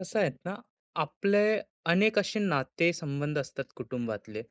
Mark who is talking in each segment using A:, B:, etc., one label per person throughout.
A: कसं आहेत ना, आपले अनेक असे नाते संबंध असतात कुटुंबातले,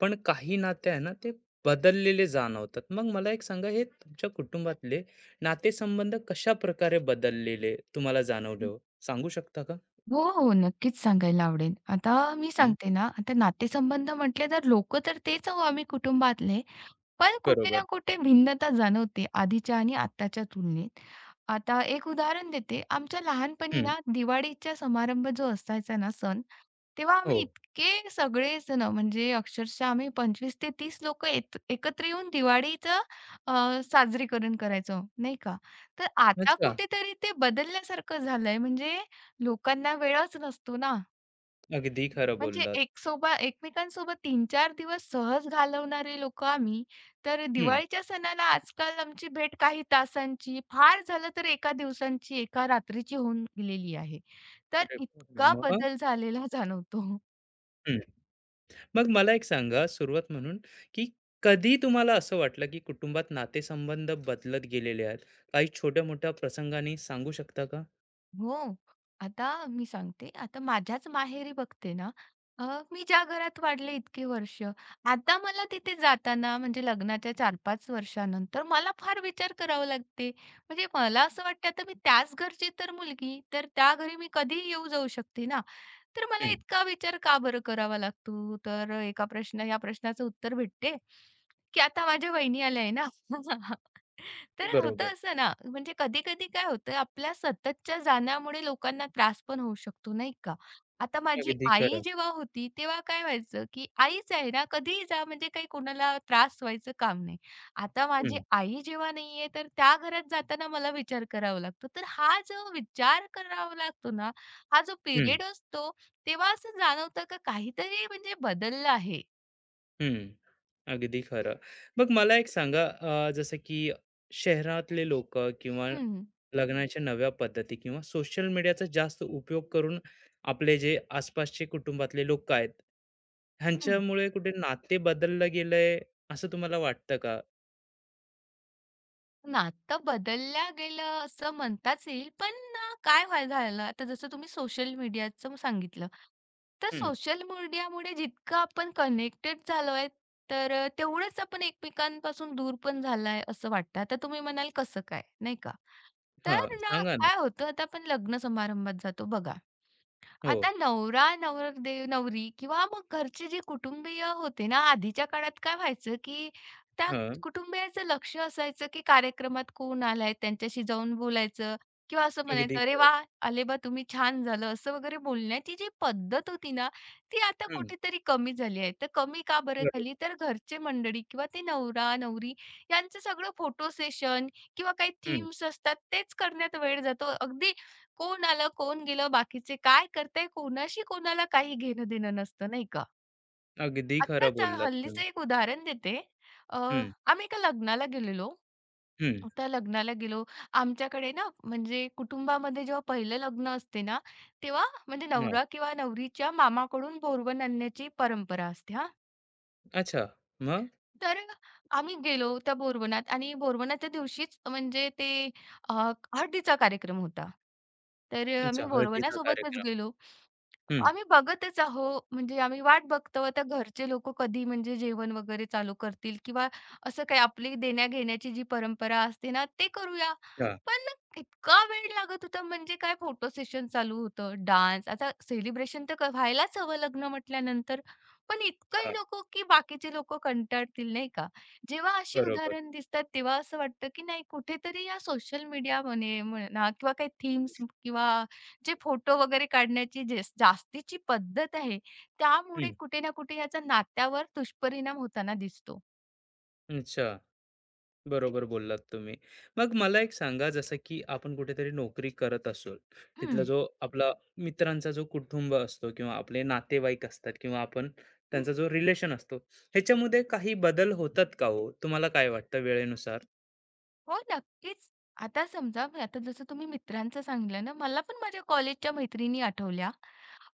A: पण काही नाते आहे ना, ते बदललेले जाणवतात. मग मला एक सांगा, हे तुमच्या कुटुंबातले नातेसंबंध कशाप्रकारे बदललेले तुम्हाला जाणवले हो? सांगू शकता का?
B: हो, हो. नक्कीच सांगायला आवडेल. आता मी
A: हं.
B: सांगते ना, आता नातेसंबंध म्हटले तर लोकं तर तेच आहो आम्ही कुटुंबातले. पण कुठे ना
A: बरोबर.
B: कुठे भिन्नता जाणवते आधीच्या आणि आत्ताच्या तुलनेत. आता एक उदाहरण देते. आमच्या लहानपणी
A: हं.
B: ना दिवाळीचा समारंभ जो असायचा ना सण, तेव्हा आम्ही
A: हो.
B: इतके सगळेजण म्हणजे अक्षरशः आम्ही 25 ते 30 लोक एकत्र येऊन दिवाळीचं साजरीकरण करायचो, नाही का? तर आता
A: अच्छा.
B: कुठेतरी ते बदलल्यासारखं झालंय. म्हणजे लोकांना वेळच नसतो ना.
A: अगदी खरं
B: म्हणजे
A: बोललात.
B: एक सोबत एकमेकांसोबत 3-4 दिवस सहज घालवणारे लोकं आम्ही. तर
A: हं.
B: दिवाळीच्या सणाला आजकाल आमची भेट काही तासांची, फार झालं तर एका दिवसांची, एका रात्रीची होऊन गेलेली आहे. तर
A: अरे बापरे!
B: इतका
A: मग?
B: बदल झालेला जाणवतो.
A: मग मला एक सांगा सुरुवात म्हणून की कधी तुम्हाला असं वाटलं की कुटुंबात नातेसंबंध बदलत गेलेले आहेत काही छोट्या मोठ्या प्रसंगाने सांगू शकता का?
B: हो. आता मी सांगते, आता माझ्याच माहेरी बघते ना, अ, मी ज्या घरात वाढले इतकी वर्ष, आता मला तिथे जाताना म्हणजे लग्नाच्या 4-5 वर्षानंतर मला फार विचार करावा लागते. म्हणजे मला असं वाटतं आता मी त्याच घरची तर मुलगी, तर त्या घरी मी कधीही येऊ जाऊ शकते ना. तर मला
A: हम्म,
B: इतका विचार का बरं करावा लागतो? तर एका प्रश्न या प्रश्नाचं उत्तर भेटते, की आता माझ्या वहिनी आल्या आहे ना. तर
A: बरोबर.
B: होतं असं ना, म्हणजे कधी-कधी काय होतं आपल्या सततच्या जाण्यामुळे लोकांना त्रास पण होऊ शकतो, नाही का? आता माझी
A: अगदी
B: आई
A: खरं.
B: जेव्हा होती, तेव्हा काय व्हायचं, की आईच आहे ना, कधीही जा म्हणजे काही कोणाला त्रास व्हायचं काम नाही. आता माझी
A: हम्म,
B: आई जेव्हा नाहीये, तर त्या घरात जाताना मला विचार करावा लागतो. तर हा जो विचार करावा लागतो ना, हा जो
A: हम्म,
B: पिरियड असतो तेव्हा असं जाणवतं का काहीतरी म्हणजे बदललं आहे?
A: हम्म, अगदी खरं. मग मला एक सांगा जसं की शहरातले लोक किंवा
B: हं.
A: लग्नाच्या नव्या पद्धती किंवा सोशल मीडियाचा जास्त उपयोग करून आपले जे आसपासचे कुटुंबातले लोक आहेत
B: हं.
A: ह्यांच्यामुळे कुठे नाते बदललं गेलंय असं तुम्हाला वाटतं का?
B: नातं बदलल्या गेलं असं म्हणताच येईल, पण काय झालं आता जसं तुम्ही सोशल मीडियाचं सांगितलं. तर सोशल मीडियामुळे जितकं आपण कनेक्टेड झालो आहे, तर तेवढंच आपण एकमेकांपासून दूर पण झाला असं वाटतं. आता तुम्ही म्हणाल कसं काय, नाही का?
A: हां,
B: तर ना
A: सांगा ना.
B: काय होतं, आता आपण लग्न समारंभात जातो बघा.
A: हो.
B: आता नवरा, नवरदेव, नवरी किंवा मग घरचे जे कुटुंबीय होते ना, आधीच्या काळात काय व्हायचं, की त्या
A: हां,
B: कुटुंबियांचं लक्ष असायचं, की कार्यक्रमात कोण आलाय, त्यांच्याशी जाऊन बोलायचं किंवा असं
A: अगदी
B: म्हणायचं, "अरे
A: खरं.
B: वा आले बा तुम्ही, छान झालं." असं वगैरे बोलण्याची जी पद्धत होती ना, ती आता
A: हं,
B: कुठेतरी कमी झाली आहे. तर कमी का बरं
A: बरोबर.
B: झाली? तर घरचे मंडळी किंवा ते नवरा-नवरी यांचं सगळं फोटो सेशन किंवा काही
A: हं,
B: थीम्स असतात, तेच करण्यात वेळ जातो. अगदी कोण आलं, कोण गेलं, बाकीचे काय करताय, कोणाशी कोणाला काही घेणं-देणं नसतं, नाही का?
A: अगदी खरं
B: आत्ताच
A: बोललात तुम्ही.
B: हल्लीचं एक उदाहरण देते. अ,
A: हं,
B: आम्ही एका लग्नाला गेलेलो.
A: हं.
B: त्या लग्नाला गेलो. आमच्याकडे ना म्हणजे कुटुंबामध्ये जेव्हा पहिलं लग्न असते ना, तेव्हा म्हणजे
A: हां.
B: नवरा किंवा नवरीच्या मामाकडून बोरवण आणण्याची परंपरा असते हां.
A: अच्छा, मग?
B: तर आम्ही गेलो त्या बोरवनात आणि बोरवनाच्या दिवशीच म्हणजे ते अ, हळदीचा कार्यक्रम होता. तर आम्ही
A: अच्छा, हळदीचा
B: बोरवनासोबतच
A: कार्यक्रम.
B: गेलो.
A: हं,
B: आम्ही बघतच आहो म्हणजे आम्ही वाट बघतो आता घरचे लोकं कधी म्हणजे जेवण वगैरे चालू करतील किंवा असं काही आपली देण्या-घेण्याची जी परंपरा असते ना, ते करूया.
A: हां,
B: पण इतका वेळ लागत होता म्हणजे काय फोटो सेशन चालू होतं, डान्स आता सेलिब्रेशन तर व्हायलाच हवं लग्न म्हटल्यानंतर. पण इतकंही
A: हां,
B: नको की बाकीचे लोकं कंटाळतील नाही का? जेव्हा अशी
A: बरोबर.
B: उदाहरण दिसतात तेव्हा असं वाटतं की नाही कुठेतरी या सोशल मीडिया म्हणा किंवा काही थीम्स किंवा जे फोटो वगैरे काढण्याची जे जास्तीची पद्धत आहे, त्यामुळे
A: हं,
B: कुठे ना कुठे याचा नात्यावर दुष्परिणाम होताना दिसतो.
A: अच्छा, बरोबर बोललात तुम्ही. मग मला एक सांगा, जसं की आपण कुठेतरी नोकरी करत असू, तिथला जो आपला मित्रांचा जो कुटुंब असतो किंवा आपले नातेवाईक असतात किंवा आपण त्यांचा जो रिलेशन असतो, ह्याच्यामध्ये काही बदल होतात का हो? तुम्हाला काय वाटतं वेळेनुसार?
B: हो, नक्कीच. आता समजा मी आता जसं तुम्ही मित्रांचं सांगितलं ना, मला पण माझ्या कॉलेजच्या मैत्रिणी आठवल्या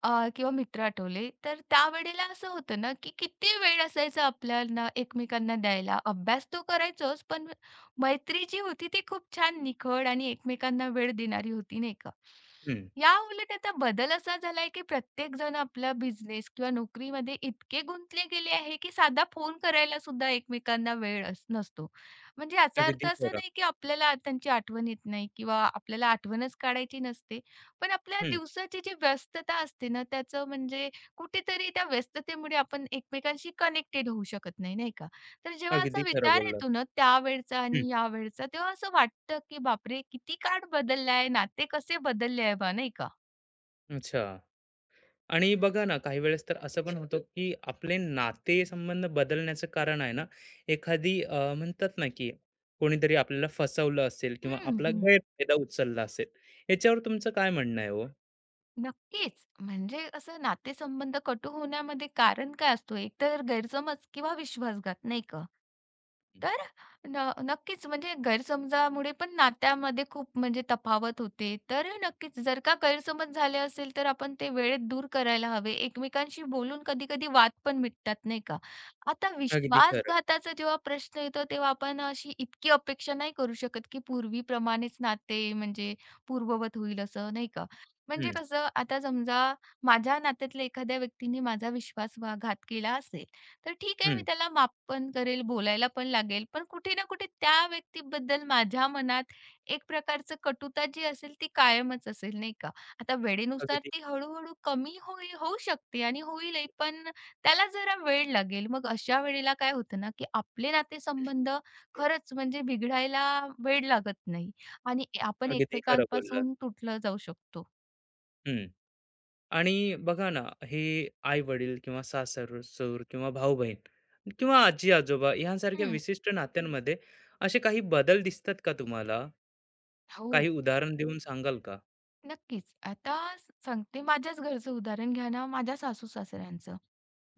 B: अ, किंवा मित्र आठवले. तर त्यावेळेला असं होतं ना, की किती वेळ असायचा आपल्याला एकमेकांना द्यायला. अभ्यास तो करायचोच, पण मैत्री जी होती ती खूप छान निखळ आणि एकमेकांना वेळ देणारी होती, नाही का?
A: हं.
B: या उलट आता बदल असा झालाय, की प्रत्येकजण आपला बिझनेस किंवा नोकरीमध्ये इतके गुंतले गेले आहे, की साधा फोन करायला सुद्धा एकमेकांना वेळ अस नसतो. म्हणजे याचा अर्थ
A: अगदी
B: असा
A: खरं.
B: नाही, की आपल्याला त्यांची आठवण येत नाही किंवा आपल्याला आठवणच काढायची नसते. पण आपल्या
A: हं.
B: दिवसाची जी व्यस्तता असते ना, त्याचं म्हणजे कुठेतरी त्या व्यस्ततेमुळे आपण एकमेकांशी कनेक्टेड होऊ शकत नाही, नाही का? तर जेव्हा असा
A: अगदी खरं
B: विचार
A: बोललात.
B: येतो ना, त्यावेळचा
A: हं.
B: आणि यावेळचा, तेव्हा असं वाटतं, की बापरे! किती काळ बदलला नाते कसे बदलले आहे बा, नाही का?
A: अच्छा. आणि बघा ना, काही वेळेस तर असं पण होतं, की आपले नातेसंबंध बदलण्याचं कारण आहे ना, एखादी म्हणतात ना, की कोणीतरी आपल्याला फसवलं असेल किंवा आपला
B: हं.
A: गैरफायदा उचलला असेल. याच्यावर तुमचं काय म्हणणं आहे हो?
B: नक्कीच. म्हणजे असं नातेसंबंध कटू होण्यामध्ये कारण काय असतो? एक तर गैरसमज किंवा विश्वासघात, नाही का?
A: हं.
B: तर नक्कीच म्हणजे गैरसमजामुळे पण नात्यामध्ये खूप म्हणजे तफावत होते. तर नक्कीच जर का गैरसमज झाले असेल, तर आपण ते वेळेत दूर करायला हवे. एकमेकांशी बोलून कधी-कधी वाद पण मिटतात, नाही का? आता
A: अगदी खरं.
B: विश्वासघाताचा जेव्हा प्रश्न येतो, तेव्हा आपण अशी इतकी अपेक्षा नाही करू शकत, की पूर्वीप्रमाणेच नाते म्हणजे पूर्ववत होईल असं, नाही का?
A: हं,
B: म्हणजे कसं आता समजा माझ्या नात्यातल्या एखाद्या व्यक्तीने माझा विश्वासघात केला असेल, तर ठीक आहे मी
A: हं.
B: त्याला माफ पण करेल, बोलायला पण लागेल. पण कुठे ना कुठे त्या व्यक्तीबद्दल माझ्या मनात एक प्रकारचं कटुता जी असेल ती कायमच असेल, नाही का. आता वेळेनुसार
A: अगदी,
B: ती हळू कमी होऊ शकते आणि होईलही, पण त्याला जरा वेळ लागेल. मग अशा वेळेला काय होतं ना, की आपले नातेसंबंध खरंच म्हणजे बिघडायला वेळ लागत नाही आणि आपण
A: अगदी खरं बोललात.
B: एकमेकांपासून तुटलं जाऊ शकतो.
A: हं. आणि बघा ना, हे आई-वडील किंवा सासर-सूर किंवा भाऊ-बहीण किंवा आजी-आजोबा ह्यांसारख्या
B: हं.
A: विशिष्ट नात्यांमध्ये असे काही बदल दिसतात का तुम्हाला?
B: हो,
A: काही उदाहरण देऊन सांगाल का?
B: नक्कीच. आता सांगते माझ्याच घरचं उदाहरण घ्या ना, माझ्या सासू-सासऱ्यांचं.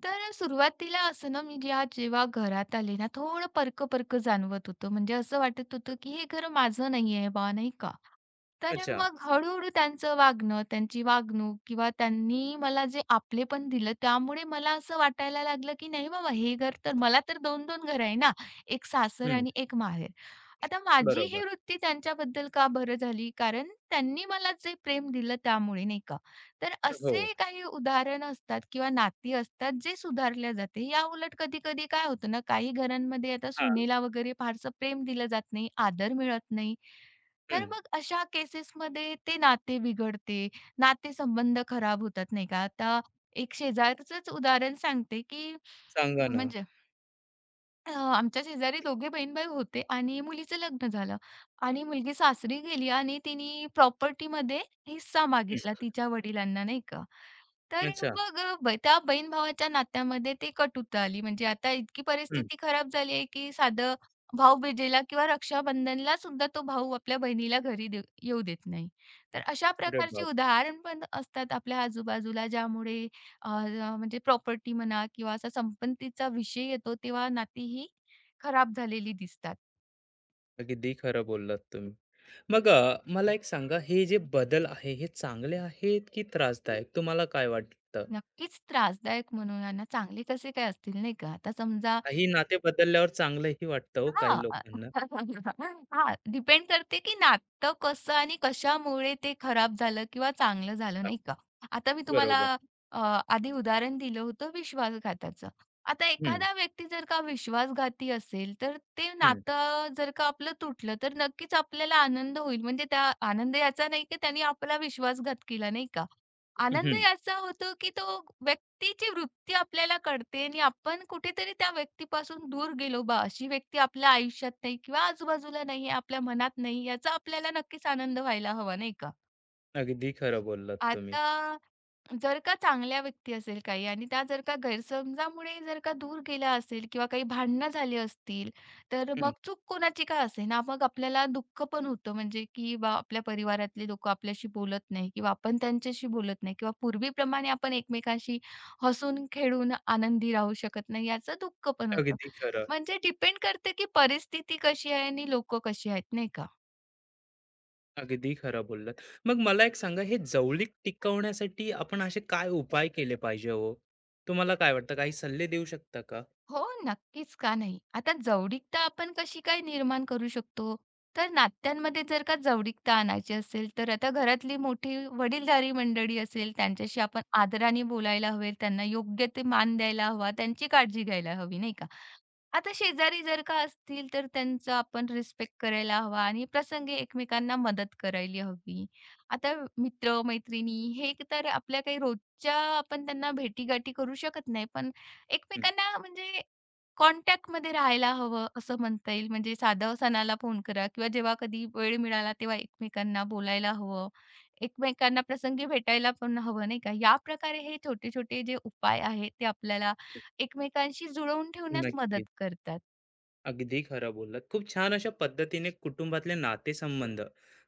B: तर सुरुवातीला असं ना, मी जेव्हा घरात आले ना, थोडं परक परक जाणवत होतं. म्हणजे असं वाटत होतं, की हे घर माझं नाही आहे बा, नाही का. तर
A: अच्छा.
B: मग हळू-हळू त्यांचं वागणं, त्यांची वागणूक किंवा त्यांनी मला जे आपलेपण दिलं, त्यामुळे मला असं वाटायला लागलं, की नाही बाबा, हे घर तर मला तर 2-2 घरं आहे ना, एक सासर
A: हं.
B: आणि एक माहेर. आता माझी
A: बरोबर.
B: ही वृत्ती त्यांच्याबद्दल का बरं झाली? कारण त्यांनी मला जे प्रेम दिलं त्यामुळे, नाही का. तर
A: हो.
B: असे काही उदाहरण असतात किंवा नाती असतात जे सुधारल्या जाते. या उलट कधी-कधी काय होतं ना, काही घरांमध्ये आता
A: हां.
B: सुनेला वगैरे फारसं प्रेम दिलं जात नाही, आदर मिळत नाही. तर
A: हं.
B: मग अशा केसेसमध्ये ते नाते बिघडते, नातेसंबंध खराब होतात नाही का. आता एक शेजारचंच उदाहरण सांगते, की
A: सांगा ना.
B: म्हणजे अ, आमच्या शेजारी दोघे बहीण-भाऊ होते आणि मुलीचं लग्न झालं आणि मुलगी सासरी गेली आणि तिने प्रॉपर्टीमध्ये हिस्सा मागितला
A: हं.
B: तिच्या वडिलांना, नाही का. तर
A: अच्छा.
B: मग अ, ब त्या बहीण-भावाच्या नात्यामध्ये ते कटुता आली. म्हणजे आता इतकी
A: हं.
B: परिस्थिती खराब झाली आहे, की साधं भाऊबीजेला किंवा रक्षाबंधनला सुद्धा तो भाऊ आपल्या बहिणीला घरी येऊ देत नाही. तर अशा
A: अरे
B: प्रकारची
A: बापरे!
B: उदाहरण पण असतात आपल्या आजूबाजूला, ज्यामुळे म्हणजे प्रॉपर्टी म्हणा किंवा असा संपत्तीचा विषय येतो तेव्हा नाती ही खराब झालेली दिसतात.
A: अगदी खरं बोललात तुम्ही. मग मला एक सांगा, हे जे बदल आहे, हे चांगले आहेत की त्रासदायक? तुम्हाला काय वाटतं?
B: नक्कीच त्रासदायक म्हणूया ना, चांगले कसे काय असतील नाही का? आता समजा
A: काही नाते बदलल्यावर चांगलंही वाटतं हो काही
B: हां.
A: लोकांना.
B: हां, डिपेंड करते, की नातं कसं आणि कशामुळे ते खराब झालं किंवा चांगलं झालं,
A: हां.
B: नाही का? आता मी तुम्हाला
A: बरोबर.
B: अ, आधी उदाहरण दिलं होतं विश्वासघाताचं. आता
A: हं,
B: एखादा व्यक्ती जर का विश्वासघाती असेल, तर ते
A: हं,
B: नातं जर का आपलं तुटलं, तर नक्कीच आपल्याला आनंद होईल. म्हणजे त्या आनंद याचा नाही, की त्यांनी आपला विश्वासघात केला, नाही का? आनंद
A: हं.
B: याचा होतो, की तो व्यक्तीची वृत्ती आपल्याला कळते आणि आपण कुठेतरी त्या व्यक्तीपासून दूर गेलो बा, अशी व्यक्ती आपल्या आयुष्यात नाही किंवा आजूबाजूला नाही आहे, आपल्या मनात नाही, याचा आपल्याला नक्कीच आनंद व्हायला हवा, नाही का?
A: अगदी खरं बोललात तुम्ही.
B: आता जर का चांगल्या व्यक्ती असेल काही आणि त्या जर का गैरसमजामुळे जर का दूर गेल्या असेल किंवा काही भांडणं झाली असतील, तर
A: हं,
B: मग चूक कोणाची का असेना, मग आपल्याला दुःख पण होतं म्हणजे की बा आपल्या परिवारातले लोकं आपल्याशी बोलत नाही किंवा आपण त्यांच्याशी बोलत नाही किंवा पूर्वीप्रमाणे आपण एकमेकांशी हसून, खेळून, आनंदी राहू शकत नाही याचं दुःख पण होतं.
A: अगदी खरं,
B: म्हणजे डिपेंड करते की परिस्थिती कशी आहे आणि लोकं कशी आहेत, नाही का?
A: अगदी खरं बोललात. मग मला एक सांगा हे जवळीक टिकवण्यासाठी आपण असे काय उपाय केले पाहिजे हो? तुम्हाला काय वाटतं काही सल्ले देऊ शकता का?
B: हो, नक्कीच, का नाही? आता जवळीकता आपण कशी काय निर्माण करू शकतो? तर नात्यांमध्ये जर का जवळीकता आणायची असेल, तर आता घरातली मोठी वडीलधारी मंडळी असेल, त्यांच्याशी आपण आदराने बोलायला हवे, त्यांना योग्य ते मान द्यायला हवा, त्यांची काळजी घ्यायला हवी, नाही का? आता शेजारी जर का असतील, तर त्यांचा आपण रिस्पेक्ट करायला हवा आणि प्रसंगी एकमेकांना मदत करायला हवी. आता मित्र-मैत्रिणी हे तर आपल्या काही रोजच्या आपण त्यांना भेटीगाठी करू शकत नाही, पण
A: हं,
B: एकमेकांना म्हणजे कॉन्टॅक्टमध्ये राहायला हवं असं म्हणता येईल. म्हणजे साधं सणाला फोन करा किंवा जेव्हा कधी वेळ मिळाला तेव्हा एकमेकांना बोलायला हवं. एकमेकांना प्रसंगी भेटायला पण हवं नाही का? या याप्रकारे हे छोटे-छोटे जे उपाय आहेत ते आपल्याला एकमेकांशी जुळवून ठेवण्यास
A: नक्की.
B: मदत करतात.
A: अगदी खरं बोललात. खूप छान अशा पद्धतीने कुटुंबातले नातेसंबंध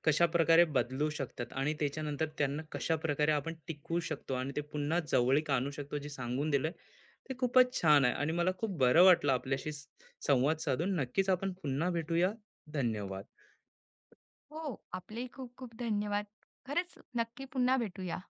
A: कशाप्रकारे बदलू शकतात आणि त्याच्यानंतर त्यांना कशाप्रकारे आपण टिकवू शकतो आणि ते पुन्हा जवळीक आणू शकतो जे सांगून दिलंय ते खूपच छान आहे आणि मला खूप बरं वाटलं आपल्याशी संवाद साधून. नक्कीच आपण पुन्हा भेटूया. धन्यवाद.
B: हो, आपलेही खूप-खूप धन्यवाद. खरंच नक्की पुन्हा भेटूया.